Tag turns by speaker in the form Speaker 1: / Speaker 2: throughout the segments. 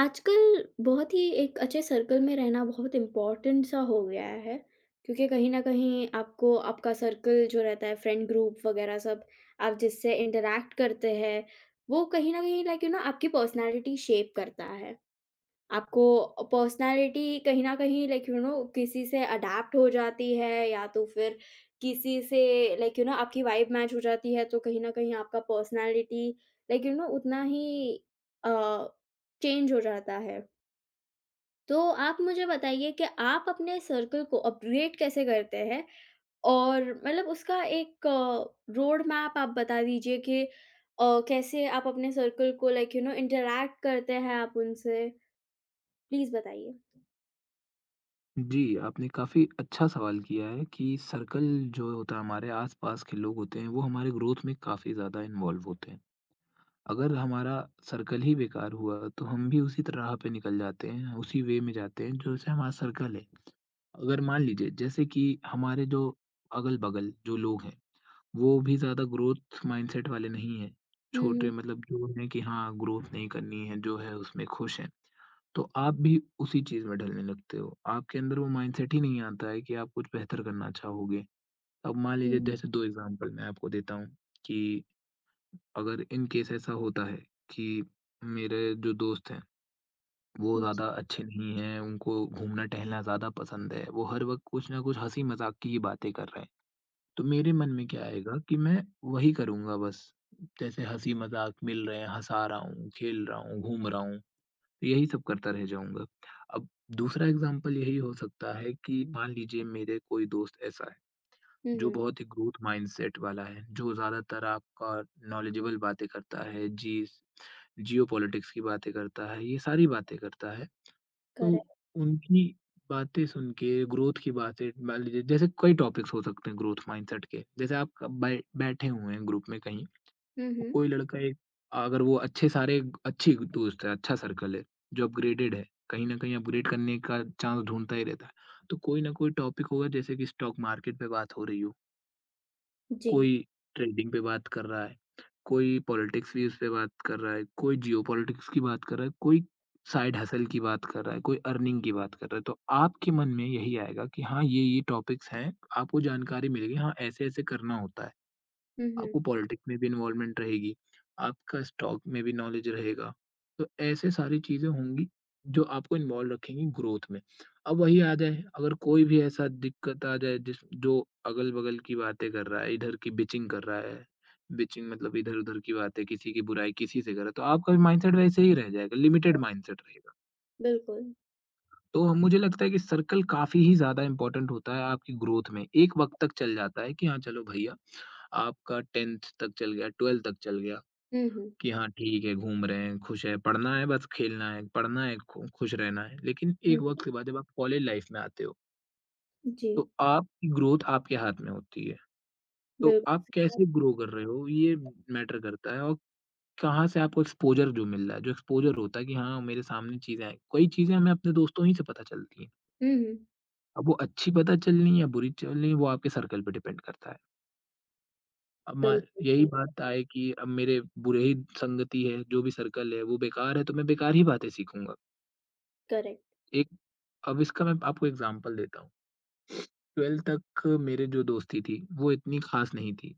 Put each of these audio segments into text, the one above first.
Speaker 1: आजकल बहुत ही एक अच्छे सर्कल में रहना बहुत इम्पोर्टेंट सा हो गया है क्योंकि कहीं न कहीं आपको आपका सर्कल जो रहता है फ्रेंड ग्रुप वगैरह सब आप जिससे इंटरैक्ट करते हैं, वो कहीं न कहीं लाइक यू नो आपकी पर्सनैलिटी शेप करता है। आपको पर्सनैलिटी कहीं न कहीं लाइक यू नो किसी से अडैप्ट हो जाती है या तो फिर किसी से लाइक यू नो आपकी वाइब मैच हो जाती है, तो कहीं न कहीं आपका पर्सनैलिटी लाइक यू नो उतना ही अ, चेंज हो जाता है। तो आप मुझे बताइए कि आप अपने सर्कल को अपग्रेड कैसे करते हैं? और मतलब उसका एक रोड मैप आप बता दीजिए कि कैसे आप अपने सर्कल को लाइक यू नो इंटरैक्ट करते हैं आप उनसे? प्लीज़ बताइए।
Speaker 2: जी, आपने काफ़ी अच्छा सवाल किया है कि सर्कल जो होता है हमारे आस-पास के लोग होते हैं, वो हमारे ग्रोथ में काफ़ी ज़्यादा इन्वॉल्व होते हैं। अगर हमारा सर्कल ही बेकार हुआ, तो हम भी उसी त राह पे निकल जाते हैं, उसी वे में जाते हैं जैसे हमारा सर्कल है। अगर मान लीजिए जैसे कि हमारे जो अगल-बगल जो लोग हैं, वो भी ज़्यादा ग्रोथ माइंडसेट वाले नहीं हैं।
Speaker 1: हुँ, हुँ।
Speaker 2: छोटे मतलब जो हैं कि हाँ, ग्रोथ नहीं करनी है, जो है उसमें खुश हैं। तो आप भी उसी चीज़ में ढलने लगते हो। आपके अंदर वो माइंडसेट ही नहीं आता है कि आप कुछ बेहतर करना चाहोगे। अब मान
Speaker 1: हुँ,
Speaker 2: लीजिए
Speaker 1: हुँ।
Speaker 2: जैसे 2 एग्ज़ाम्पल मैं आपको देता हूँ कि अगर इन केस ऐसा होता है कि मेरे जो दोस्त हैं, वो
Speaker 1: हुँ,
Speaker 2: ज़्यादा अच्छे नहीं हैं, उनको घूमना-टहलना ज़्यादा पसंद है, वो हर वक़्त कुछ न कुछ हँसी-मज़ाक की ही बातें कर रहे हैं। तो मेरे मन में क्या आएगा कि मैं वही करूँगा बस। जैसे हँसी-मज़ाक मिल रहे हैं, हँसा रहा हूँ, खेल रहा हूँ, घूम रहा हूँ। तो यही सब करता रह जाऊँगा। अब दूसरा एग्ज़ाम्पल यही हो सकता है कि मान लीजिए मेरे कोई दोस्त ऐसा है,
Speaker 1: हुँ,
Speaker 2: जो
Speaker 1: हुँ।
Speaker 2: बहुत ही ग्रोथ माइंडसेट वाला है, जो ज़्यादातर आपका नॉलेजेबल बातें करता है, जीस जियोपॉलिटिक्स की बातें करता है, ये सारी बातें करता है। तो
Speaker 1: करेक्ट।
Speaker 2: उनकी बातें सुन के, ग्रोथ की बातें मान लीजिए जैसे कई टॉपिक्स हो सकते हैं ग्रोथ माइंडसेट के। जैसे आप क बै बैठे हुए हैं ग्रुप में कहीं
Speaker 1: हुँ, हुँ।
Speaker 2: कोई लड़का एक अगर वो अच्छे सारे अच्छी दोस्त है, अच्छा सर्कल है, जो अपग्रेडेड है, कहीं न कहीं अपग्रेड करने का चांस ढूँढता ही रहता है। तो कोई ना कोई टॉपिक होगा जैसे कि स्टॉक मार्केट पे बात हो रही हो,
Speaker 1: जी।
Speaker 2: कोई ट्रेडिंग पे बात कर रहा है, कोई पॉलिटिक्स व्यूज़ पे बात कर रहा है, कोई जियोपॉलिटिक्स की बात कर रहा है, कोई साइड हसल की बात कर रहा है, कोई अर्निंग की बात कर रहा है। तो आपके मन में यही आएगा कि हाँ, ये टॉपिक्स हैं, आपको जानकारी मिलेगी हाँ, ऐसे-ऐसे करना होता है।
Speaker 1: हुँ, हुँ।
Speaker 2: आपको पॉलिटिक में भी इन्वॉल्वमेंट रहेगी, आपका स्टॉक में भी नॉलेज रहेगा। तो ऐसे सारी चीज़ें होंगी जो आपको इन्वॉल्व रखेंगी ग्रोथ में। अब वही आ जाए, अगर कोई भी ऐसा दिक्कत आ जाए जिस जो अगल-बगल की बातें कर रहा है, इधर की बिचिंग कर रहा है, बिचिंग मतलब इधर-उधर की बातें, किसी की बुराई किसी से कर रहा है, तो आपका भी माइंडसेट वैसे ही रह जाएगा, लिमिटेड माइंडसेट रहेगा।
Speaker 1: बिल्कुल।
Speaker 2: तो हम मुझे लगता है कि सर्कल काफ़ी ही ज़्यादा इम्पोर्टेंट होता है आपकी ग्रोथ में। एक वक़्त तक चल जाता है कि हाँ, चलो भैया आपका 10th तक चल गया, 12th तक चल गया
Speaker 1: हुँ, हुँ।
Speaker 2: कि हाँ, ठीक है, घूम रहे हैं, खुश है, पढ़ना है बस खेलना है, पढ़ना है, खु खुश रहना है। लेकिन
Speaker 1: हुँ,
Speaker 2: एक
Speaker 1: हुँ।
Speaker 2: वक़्त के बाद जब आप कॉलेज लाइफ़ में आते हो,
Speaker 1: जी,
Speaker 2: तो आपकी ग्रोथ आपके हाथ में होती है। तो
Speaker 1: बिल्कुल
Speaker 2: आप
Speaker 1: सही बात।
Speaker 2: कैसे ग्रो कर रहे हो ये मैटर करता है और कहाँ से आपको एक्सपोज़र जो मिल रहा है, जो एक्सपोज़र होता है कि हाँ, मेरे सामने चीज़ें हैं। कई चीज़ें हमें अपने दोस्तों ही से पता चलती हैं।
Speaker 1: हुँ, हुँ।
Speaker 2: अब वो अच्छी पता चल रही हैं या बुरी चल रही हैं, वो आपके सर्कल पे डिपेंड करता है। अब मा
Speaker 1: बिल्कुल
Speaker 2: यही
Speaker 1: सही,
Speaker 2: बात आए कि अब मेरे बुरे ही संगति है, जो भी सर्कल है वो बेकार है, तो मैं बेकार ही बातें सीखूँगा।
Speaker 1: करेक्ट।
Speaker 2: एक अब इसका मैं आपको एग्ज़ाम्पल देता हूँ। 12th तक मेरे जो दोस्ती थी, वो इतनी ख़ास नहीं थी।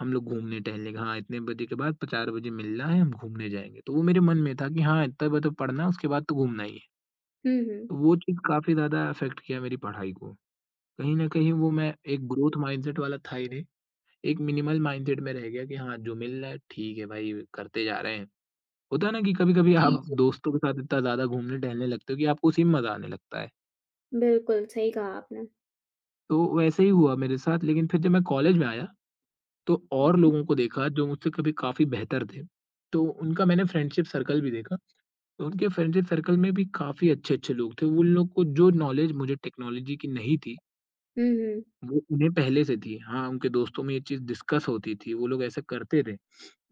Speaker 2: हम लोग घूमने-टहलने हाँ, इतने बजे के बाद 4 बजे मिलना है, हम घूमने जाएँगे। तो वो मेरे मन में था कि हाँ, इतने बजे तो पढ़ना है, उसके बाद तो घूमना ही है।
Speaker 1: हुँ, हुँ।
Speaker 2: तो वो चीज़ काफ़ी ज़्यादा अफ़ेक्ट किया मेरी पढ़ाई को। कहीं न कहीं वो मैं एक ग्रोथ माइंडसेट वाला था ही नहीं, एक मिनिमल माइंडसेट में रह गया कि हाँ, जो मिल रहा है ठीक है भाई, करते जा रहे हैं। होता है ना कि कभी-कभी
Speaker 1: जी,
Speaker 2: आप
Speaker 1: जी।
Speaker 2: दोस्तों के साथ इतना ज़्यादा घूमने टहलने लगते हो कि आपको उसी में मज़ा आने लगता है।
Speaker 1: बिल्कुल सही कहा आपने।
Speaker 2: तो वैसे ही हुआ मेरे साथ लेकिन फिर जब मैं कॉलेज में आया तो
Speaker 1: हुँ,
Speaker 2: और
Speaker 1: हुँ।
Speaker 2: लोगों को देखा जो मुझसे कभी काफ़ी बेहतर थे। तो उनका मैंने फ्रेंडशिप सर्कल भी देखा, तो उनके फ्रेंडशिप सर्कल में भी काफ़ी अच्छे-अच्छे लोग थे। उन लोग को जो नॉलेज मुझे टेक्नोलॉजी की नहीं थी,
Speaker 1: हुँ, हुँ।
Speaker 2: वो उन्हें पहले से थी। हाँ, उनके दोस्तों में ये चीज़ डिस्कस होती थी, वो लोग ऐसा करते थे।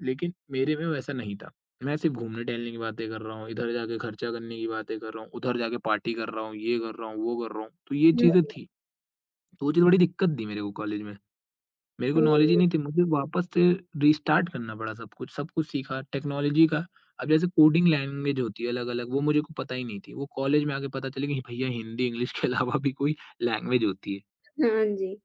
Speaker 2: लेकिन मेरे में वैसा नहीं था। मैं सिर्फ़ घूमने-टहलने की बातें कर रहा हूँ, इधर जाके खर्चा करने की बातें कर रहा हूँ, उधर जाके पार्टी कर रहा हूँ, ये कर रहा हूँ, वो कर रहा हूँ। तो ये चीज़ें थी, तो वो चीज़ बड़ी दिक्कत दी मेरे को कॉलेज में। मेरे को
Speaker 1: हुँ,
Speaker 2: नॉलेज ही
Speaker 1: हुँ।
Speaker 2: नहीं थी, मुझे वापस से रीस्टार्ट करना पड़ा सब कुछ सीखा टेक्नोलॉजी का। अब जैसे कोडिंग लैंग्वेज होती है अलग-अलग वो मुझे को पता ही नहीं थी। वो कॉलेज में आके पता चली कि भैया हिंदी, इंग्लिश के अलावा भी कोई लैंग्वेज होती है।
Speaker 1: हाँ जी।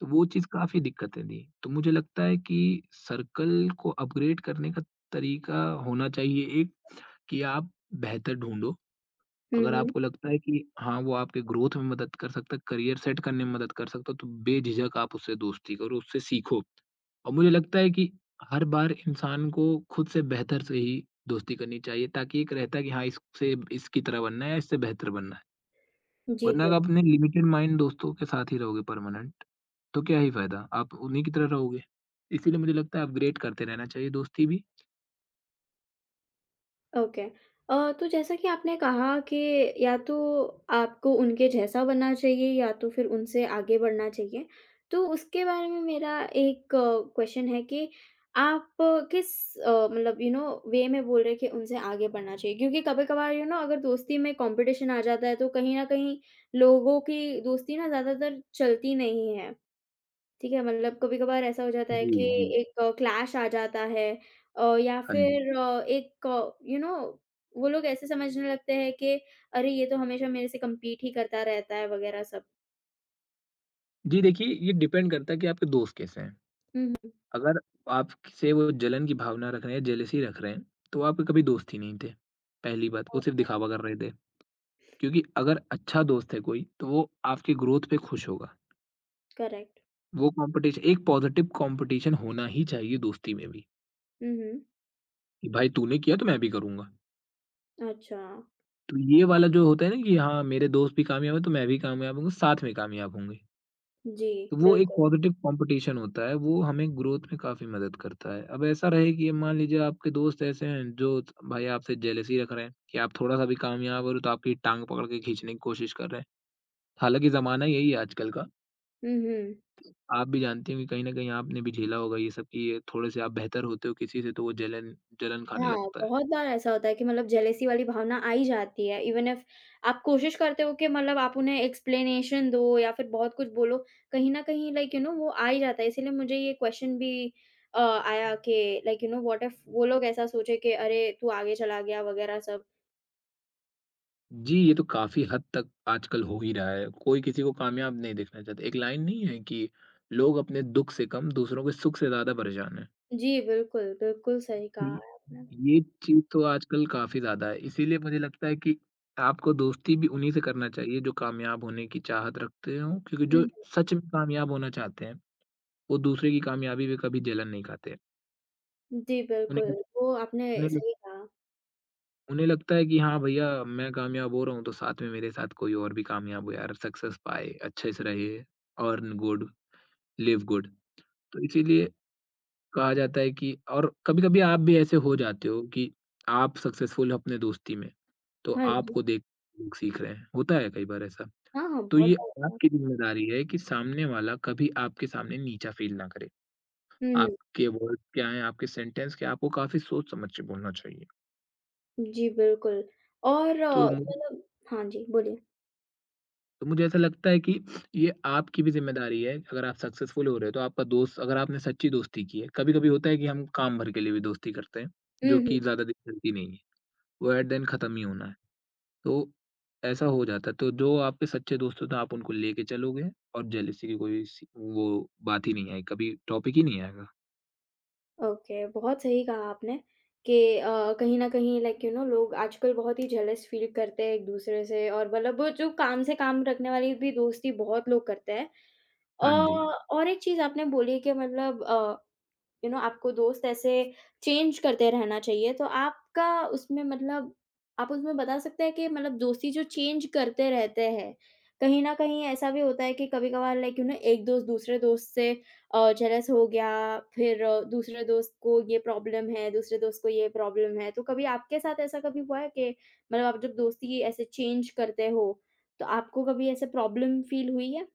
Speaker 2: तो वो चीज़ काफ़ी दिक्कतें दी। तो मुझे लगता है कि सर्कल को अपग्रेड करने का तरीका होना चाहिए एक कि आप बेहतर ढूँढो।
Speaker 1: हुँ,
Speaker 2: अगर
Speaker 1: हुँ।
Speaker 2: आपको लगता है कि हाँ, वो आपके ग्रोथ में मदद कर सकता है, करियर सेट करने में मदद कर सकता है, तो बेझिझक आप उससे दोस्ती करो, उससे सीखो। और मुझे लगता है कि हर बार इंसान को खुद से बेहतर से ही दोस्ती करनी चाहिए ताकि एक रहता है कि हाँ, इससे इसकी तरह बनना है या इससे बेहतर बनना है।
Speaker 1: जी,
Speaker 2: वरना
Speaker 1: बिल
Speaker 2: आप अपने लिमिटेड माइंड दोस्तों के साथ ही रहोगे परमानेंट, तो क्या ही फ़ायदा? आप उन्हीं की तरह रहोगे। इसीलिए मुझे लगता है अपग्रेड करते रहना चाहिए दोस्ती भी।
Speaker 1: ओके। तो जैसा कि आपने कहा कि या तो आपको उनके जैसा बनना चाहिए या तो फिर उनसे आगे बढ़ना चाहिए। तो उसके बारे में मेरा एक क्वेश्चन है कि आप किस मतलब यू नो वे में बोल रहे हैं कि उनसे आगे बढ़ना चाहिए? क्योंकि कभी-कभार यू नो अगर दोस्ती में कॉम्पिटिशन आ जाता है तो कहीं न कहीं लोगों की दोस्ती ना ज़्यादातर चलती नहीं है। ठीक है, मतलब कभी-कभार ऐसा हो जाता है
Speaker 2: जी,
Speaker 1: कि
Speaker 2: जी।
Speaker 1: एक क्लैश आ जाता है या
Speaker 2: हाँ जी।
Speaker 1: फिर एक यू नो वो लोग ऐसे समझने लगते हैं कि अरे ये तो हमेशा मेरे से कम्पीट ही करता रहता है वगैरह सब।
Speaker 2: जी देखिए, ये डिपेंड करता है कि आपके दोस्त कैसे हैं।
Speaker 1: हुँ, हुँ।
Speaker 2: अगर आपसे वो जलन की भावना रख रहे हैं, जेलसी रख रहे हैं, तो आप कभी दोस्त ही नहीं थे, पहली बात। वो सिर्फ़ दिखावा कर रहे थे। क्योंकि अगर अच्छा दोस्त है कोई, तो वो आपके ग्रोथ पे खुश होगा।
Speaker 1: करेक्ट।
Speaker 2: वो कॉम्पिटिशन एक पॉज़िटिव कॉम्पिटिशन होना ही चाहिए दोस्ती में भी,
Speaker 1: हुँ, हुँ।
Speaker 2: कि भाई तूने किया तो मैं भी करूँगा।
Speaker 1: अच्छा।
Speaker 2: तो ये वाला जो होता है ना कि हाँ, मेरे दोस्त भी कामयाब हैं तो मैं भी कामयाब होऊँगा, साथ में कामयाब होंगे।
Speaker 1: जी,
Speaker 2: तो वो एक
Speaker 1: बिल्कुल।
Speaker 2: पॉज़िटिव कॉम्पिटिशन होता है, वो हमें ग्रोथ में काफ़ी मदद करता है। अब ऐसा रहे कि मान लीजिए आपके दोस्त ऐसे हैं जो भाई आपसे जेलसी रख रहे हैं कि आप थोड़ा-सा भी कामयाब हो रहे हो तो आपकी टाँग पकड़ के खींचने की कोशिश कर रहे हैं। हालाँकि ज़माना यही है आजकल का।
Speaker 1: हुँ, हुँ।
Speaker 2: आप भी जानती होंगी कहीं न कहीं आपने भी झेला होगा ये सब कि ये थोड़े-से आप बेहतर होते हो किसी से तो वो जलन जलन खाने
Speaker 1: हाँ,
Speaker 2: लगता है।
Speaker 1: बहुत बार ऐसा होता है कि मतलब जेलेसी वाली भावना आ ही जाती है, इवन इफ आप कोशिश करते हो कि मतलब आप उन्हें एक्सप्लेनेशन दो या फिर बहुत कुछ बोलो, कहीं न कहीं लाइक यू नो वो आ ही जाता है। इसीलिए मुझे ये क्वेश्चन भी आया कि like you know what if वो लोग ऐसा सोचे कि अरे! तू आगे चला गया वगैरह सब।
Speaker 2: जी, ये तो काफ़ी हद तक आजकल हो ही रहा है। कोई किसी को कामयाब नहीं देखना चाहता। एक लाइन नहीं है कि लोग अपने दुःख से कम दूसरों के सुख से ज़्यादा परेशान हैं।
Speaker 1: जी, बिल्कुल, बिल्कुल सही
Speaker 2: तो
Speaker 1: कहा
Speaker 2: ये
Speaker 1: आपने।
Speaker 2: ये चीज़ तो आजकल काफ़ी ज़्यादा है। इसीलिए मुझे लगता है कि आपको दोस्ती भी उन्हीं से करना चाहिए जो कामयाब होने की चाहत रखते हों, क्योंकि
Speaker 1: हुँ,
Speaker 2: जो
Speaker 1: हुँ।
Speaker 2: सच में कामयाब होना चाहते हैं, वो दूसरे की कामयाबी पे कभी जलन नहीं खाते हैं।
Speaker 1: जी,
Speaker 2: उन्हें
Speaker 1: बिल्कुल,
Speaker 2: लग
Speaker 1: वो आपने
Speaker 2: उन्हें
Speaker 1: सही कहा।
Speaker 2: उन्हें लगता है कि हाँ भैया मैं कामयाब हो रहा हूँ, तो साथ में मेरे साथ कोई और भी कामयाब हो यार, सक्सेस पाए, अच्छे से रहे, अर्न गुड, लिव गुड। तो इसीलिए कहा जाता है कि और कभी-कभी आप भी ऐसे हो जाते हो कि आप सक्सेसफुल हो अपने दोस्ती में, तो
Speaker 1: हाँ जी।
Speaker 2: आपको देख के लोग सीख रहे हैं, होता है कई बार ऐसा।
Speaker 1: हाँ, हाँ,
Speaker 2: तो
Speaker 1: बहुत
Speaker 2: ये
Speaker 1: बार हुआ।
Speaker 2: आपकी ज़िम्मेदारी है कि सामने वाला कभी आपके सामने नीचा फ़ील ना करे।
Speaker 1: हुँ, हुँ।
Speaker 2: आपके वर्ड्स क्या हैं, आपके सेंटेंस क्या हैं, आपको काफ़ी सोच समझ के बोलना चाहिए।
Speaker 1: जी, बिल्कुल और
Speaker 2: तो मुझे
Speaker 1: मतलब हाँ जी, बोलिए।
Speaker 2: तो मुझे ऐसा लगता है कि ये आपकी भी ज़िम्मेदारी है, अगर आप सक्सेसफुल हो रहे हो तो आपका दोस्त अगर आपने सच्ची दोस्ती की है, कभी-कभी होता है कि हम काम भर के लिए भी दोस्ती करते हैं,
Speaker 1: हुँ,
Speaker 2: जो
Speaker 1: हुँ।
Speaker 2: कि ज़्यादा दिन चलती नहीं है, वो एट द एंड खत्म ही होना है, तो ऐसा हो जाता है। तो जो आपके सच्चे दोस्त होते हैं आप उनको लेके चलोगे और जेलसी की कोई सी वो बात ही नहीं आएगी, कभी टॉपिक ही नहीं आएगा।
Speaker 1: ओके, बहुत सही कहा आपने कि कहीं न कहीं लाइक यू नो लोग आजकल बहुत ही जेलस फ़ील करते हैं एक-दूसरे से और मतलब वो जो काम से काम रखने वाली भी दोस्ती बहुत लोग करते हैं। अ,
Speaker 2: हाँ जी।
Speaker 1: और एक चीज़ आपने बोली कि मतलब यू नो आपको दोस्त ऐसे चेंज करते रहना चाहिए। तो आपका उसमें मतलब आप उसमें बता सकते हैं कि मतलब दोस्ती जो चेंज करते रहते हैं, कहीं न कहीं ऐसा भी होता है कि कभी-कभार लाइक यू नो एक दोस्त दूसरे दोस्त से जेलस हो गया, फिर दूसरे दोस्त को ये प्रॉब्लम है, दूसरे दोस्त को ये प्रॉब्लम है। तो कभी आपके साथ ऐसा कभी हुआ है कि मतलब आप जब दोस्ती ऐसे चेंज करते हो, तो आपको कभी ऐसे प्रॉब्लम फ़ील हुई है?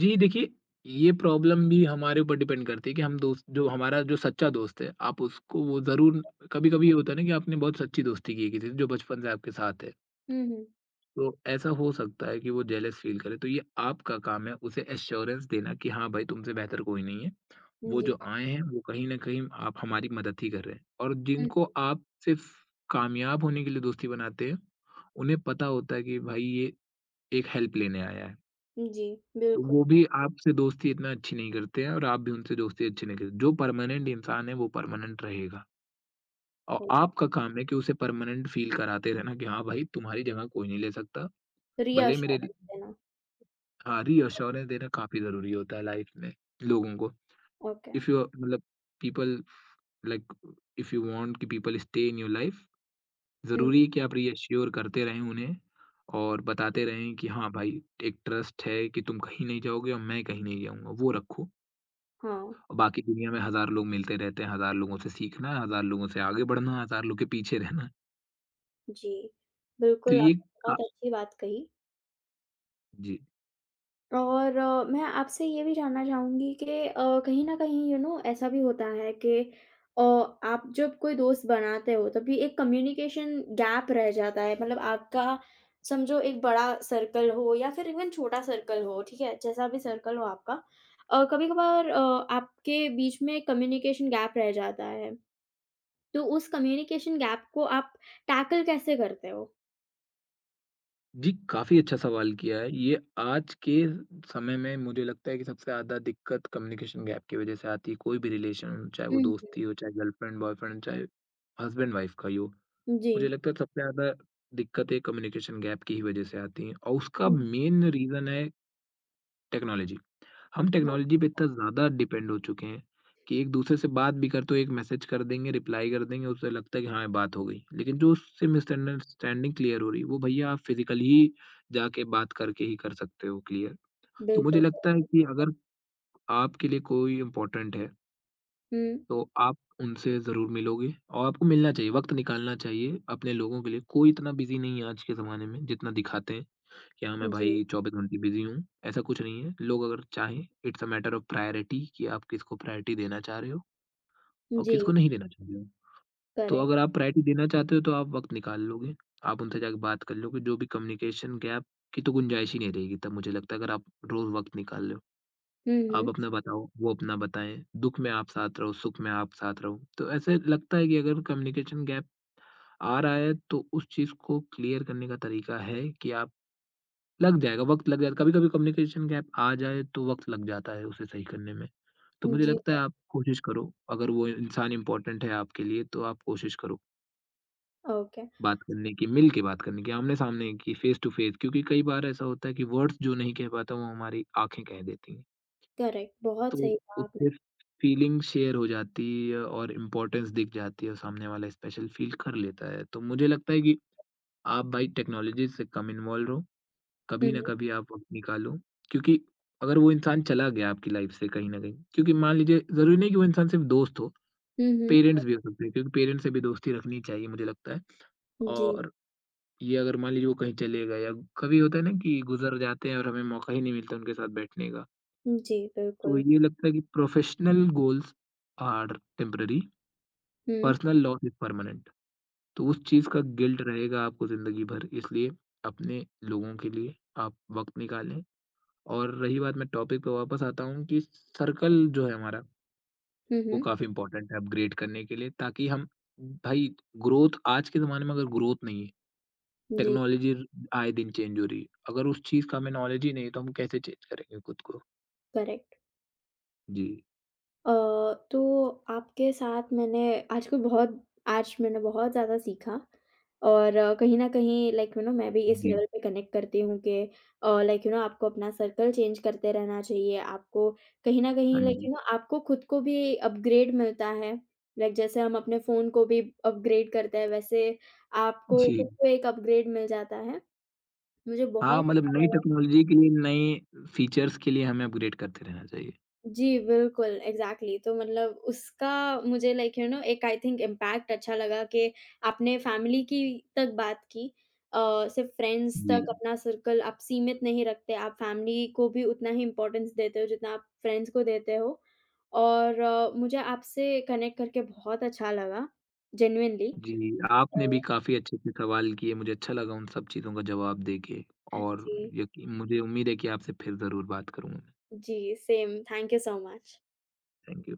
Speaker 2: जी, देखिए, ये प्रॉब्लम भी हमारे ऊपर डिपेंड करती है कि हम दोस्त जो हमारा जो सच्चा दोस्त है, आप उसको वो ज़रूर कभी-कभी ये होता है ना कि आपने बहुत सच्ची दोस्ती की है किसी से जो बचपन से आपके साथ है।
Speaker 1: हुँ, हुँ।
Speaker 2: तो ऐसा हो सकता है कि वो जेलस फ़ील करे, तो ये आपका काम है उसे एश्योरेंस देना कि हाँ भाई, तुमसे बेहतर कोई नहीं है। वो
Speaker 1: जी।
Speaker 2: जो आए हैं, वो कहीं न कहीं आप हमारी मदद ही कर रहे हैं और जिनको आप सिर्फ़ कामयाब होने के लिए दोस्ती बनाते हैं, उन्हें पता होता है कि भाई ये एक हेल्प लेने आया है।
Speaker 1: हुँ, जी,
Speaker 2: तो
Speaker 1: बिल्कुल।
Speaker 2: वो भी आपसे दोस्ती इतना अच्छी नहीं करते हैं और आप भी उनसे दोस्ती अच्छी नहीं करते। जो परमानेंट इंसान है वो परमानेंट रहेगा और
Speaker 1: हो
Speaker 2: आपका काम है कि उसे परमानेंट फ़ील कराते रहना कि हाँ भाई तुम्हारी जगह कोई नहीं ले सकता। भले मेरे ल
Speaker 1: रिअश्योरेंस देना,
Speaker 2: हाँ, रीअश्योरेंस देना काफ़ी ज़रूरी होता है लाइफ़ में लोगों को।
Speaker 1: ओके।
Speaker 2: इफ यू मतलब people like if you want कि people stay in your life
Speaker 1: hmm,
Speaker 2: ज़रूरी है कि आप रीअश्योर करते रहें उन्हें और
Speaker 1: हुँ।
Speaker 2: बताते रहें कि हाँ भाई एक ट्रस्ट है कि तुम कहीं नहीं जाओगे और मैं कहीं नहीं जाऊँगा, वो रखो।
Speaker 1: हाँ,
Speaker 2: बाकी दुनिया में हज़ार लोग मिलते रहते हैं, हज़ार लोगों से सीखना है, हज़ार लोगों से आगे बढ़ना है, हज़ार लोग के पीछे रहना है।
Speaker 1: जी।
Speaker 2: तो
Speaker 1: बिल्कुल,
Speaker 2: ये
Speaker 1: आपने
Speaker 2: का
Speaker 1: बहुत अच्छी बात कही
Speaker 2: जी।
Speaker 1: और मैं आपसे ये भी जानना चाहूँगी कि कहीं न कहीं यू नो ऐसा भी होता है कि अ, आप जब कोई दोस्त बनाते हो तभी एक कम्युनिकेशन गैप रह जाता है मतलब आपका समझो एक बड़ा सर्कल हो या फिर इवन छोटा सर्कल हो, ठीक है? जैसा भी सर्कल हो आपका कभी-कभार आपके बीच में कम्युनिकेशन गैप रह जाता है। तो उस कम्युनिकेशन गैप को आप टैकल कैसे करते हो?
Speaker 2: जी, काफ़ी अच्छा सवाल किया है। ये आज के समय में मुझे लगता है कि सबसे ज़्यादा दिक्कत कम्युनिकेशन गैप की वज़ह से आती है। कोई भी रिलेशन चाहे वो
Speaker 1: हुँ, हुँ।
Speaker 2: दोस्ती हो, चाहे गर्लफ्रेंड, बॉयफ्रेंड, चाहे हस्बैंड-वाइफ़ का ही हो।
Speaker 1: जी।
Speaker 2: मुझे लगता है सबसे ज़्यादा दिक्कतें कम्युनिकेशन गैप की ही वज़ह से आती हैं और उसका
Speaker 1: हुँ, हुँ।
Speaker 2: मेन रीज़न है टेक्नोलॉजी। हम
Speaker 1: हाँ,
Speaker 2: टेक्नोलॉजी पे इतना ज़्यादा डिपेंड हो चुके हैं कि एक दूसरे से बात भी कर तो एक मैसेज कर देंगे, रिप्लाई कर देंगे, उससे लगता है कि हाँ, बात हो गई। लेकिन जो उससे मिसअंडरस्टैंडिंग क्लियर हो रही है, वो भैया आप फिज़िकली ही जाके बात करके ही कर सकते हो क्लियर। तो मुझे
Speaker 1: बिल्कुल।
Speaker 2: लगता है कि अगर आपके लिए कोई इम्पोर्टेंट है,
Speaker 1: हुँ,
Speaker 2: तो आप उनसे ज़रूर मिलोगे और आपको मिलना चाहिए, वक़्त निकालना चाहिए अपने लोगों के लिए। कोई इतना बिज़ी नहीं है आज के ज़माने में जितना दिखाते हैं। क्या मैं
Speaker 1: जी,
Speaker 2: भाई 24 घंटे बिज़ी हूँ, ऐसा कुछ नहीं है। लोग अगर चाहें it's a matter of priority कि आप किसको प्रायोरिटी देना चाह रहे हो और
Speaker 1: जी,
Speaker 2: किसको नहीं देना चाह रहे हो। तो
Speaker 1: करेक्ट।
Speaker 2: अगर आप प्रायोरिटी देना चाहते हो तो आप वक़्त निकाल लोगे, आप उनसे जाके बात कर लोगे, जो भी कम्युनिकेशन गैप की तो गुंजाइश ही नहीं रहेगी तब मुझे लगता है अगर आप रोज़ वक़्त निकाल लो।
Speaker 1: हुँ,
Speaker 2: आप
Speaker 1: हुँ।
Speaker 2: अपना बताओ, वो अपना बताएँ, दुःख में आप साथ रहो, सुख में आप साथ रहो। तो ऐसे लगता है कि अगर कम्युनिकेशन गैप आ रहा है तो उस चीज़ को क्लियर करने का तरीका है कि आप लग जाएगा, वक़्त लग जाएगा। कभी-कभी कम्युनिकेशन गैप आ जाए तो वक़्त लग जाता है उसे सही करने में। तो मुझे
Speaker 1: जी,
Speaker 2: लगता है आप कोशिश करो, अगर वो इंसान इम्पोर्टेंट है आपके लिए तो आप कोशिश करो
Speaker 1: ओके,
Speaker 2: बात करने की, मिल के बात करने की, आमने-सामने की, फेस टू फेस क्योंकि कई बार ऐसा होता है कि वर्ड्स जो नहीं कह पाता वो हमारी आँखें कह देती हैं।
Speaker 1: करेक्ट, बहुत
Speaker 2: तो
Speaker 1: सही कहा आपने।
Speaker 2: उससे फीलिंग शेयर हो जाती है और इम्पोर्टेंस दिख जाती है और सामने वाला स्पेशल फील कर लेता है। तो मुझे लगता है कि आप भाई टेक्नोलॉजी से कम इन्वॉल्व रहो
Speaker 1: हुँ,
Speaker 2: कभी
Speaker 1: हुँ।
Speaker 2: ना कभी आप वक़्त निकालो क्योंकि अगर वो इंसान चला गया आपकी लाइफ़ से कहीं न कहीं क्योंकि मान लीजिए ज़रूरी नहीं कि वो इंसान सिर्फ़ दोस्त हो,
Speaker 1: हुँ, हुँ।
Speaker 2: पेरेंट्स भी हो सकते हैं क्योंकि पेरेंट्स से भी दोस्ती रखनी चाहिए मुझे लगता है।
Speaker 1: जी,
Speaker 2: और ये अगर मान लीजिए वो कहीं चले गए या कभी होता है ना कि गुज़र जाते हैं और हमें मौका ही नहीं मिलता उनके साथ बैठने का।
Speaker 1: जी,
Speaker 2: तो
Speaker 1: बिल्कुल।
Speaker 2: ये लगता है कि professional goals are temporary,
Speaker 1: hmm,
Speaker 2: personal loss is permanent. तो उस चीज़ का गिल्ट रहेगा आपको ज़िंदगी भर इसलिए अपने लोगों के लिए आप वक़्त निकालें। और रही बात मैं टॉपिक पे वापस आता हूँ कि सर्कल जो है हमारा,
Speaker 1: हुँ,
Speaker 2: वो
Speaker 1: हुँ।
Speaker 2: काफ़ी इम्पोर्टेंट है अपग्रेड करने के लिए ताकि हम भाई ग्रोथ आज के ज़माने में अगर ग्रोथ नहीं है,
Speaker 1: जी,
Speaker 2: टेक्नोलॉजी आए दिन चेंज हो रही है। अगर उस चीज़ का हमें नॉलेज ही नहीं है, तो हम कैसे चेंज करेंगे खुद को?
Speaker 1: करेक्ट।
Speaker 2: जी,
Speaker 1: अ, तो आपके साथ मैंने आज को बहुत आज मैंने बहुत ज़्यादा सीखा और कहीं न कहीं लाइक यू नो मैं भी इस
Speaker 2: जी।
Speaker 1: लेवल पे कनेक्ट करती हूँ कि लाइक यू नो आपको अपना सर्कल चेंज करते रहना चाहिए। आपको कहीं न
Speaker 2: हाँ
Speaker 1: कहीं लाइक
Speaker 2: जी,
Speaker 1: यू नो आपको खुद को भी अपग्रेड मिलता है। लाइक जैसे हम अपने फ़ोन को भी अपग्रेड करते हैं वैसे आपको
Speaker 2: जी।
Speaker 1: खुद को एक अपग्रेड मिल जाता है। मुझे
Speaker 2: हाँ,
Speaker 1: बहुत
Speaker 2: मतलब
Speaker 1: अच्छा
Speaker 2: नई
Speaker 1: लगा
Speaker 2: टेक्नोलॉजी के लिए, नए फीचर्स के लिए हमें अपग्रेड करते रहना चाहिए।
Speaker 1: जी, बिल्कुल, एग्ज़ैक्टली तो मतलब उसका मुझे लाइक यू नो एक आई थिंक इम्पैक्ट अच्छा लगा कि आपने फैमिली की तक बात की। अ, सिर्फ़ फ्रेंड्स
Speaker 2: जी।
Speaker 1: तक अपना सर्कल आप सीमित नहीं रखते, आप फैमिली को भी उतना ही इम्पोर्टेंस देते हो जितना आप फ्रेंड्स को देते हो। और मुझे आपसे कनेक्ट करके बहुत अच्छा लगा, जेन्युइनली।
Speaker 2: जी, आपने
Speaker 1: अ,
Speaker 2: भी काफ़ी अच्छे-अच्छे सवाल किए, मुझे अच्छा लगा उन सब चीज़ों का जवाब देके और
Speaker 1: जी,
Speaker 2: यकी मुझे उम्मीद है कि आपसे फिर ज़रूर बात करूँगा मैं।
Speaker 1: जी, same, thank you so much.
Speaker 2: Thank you.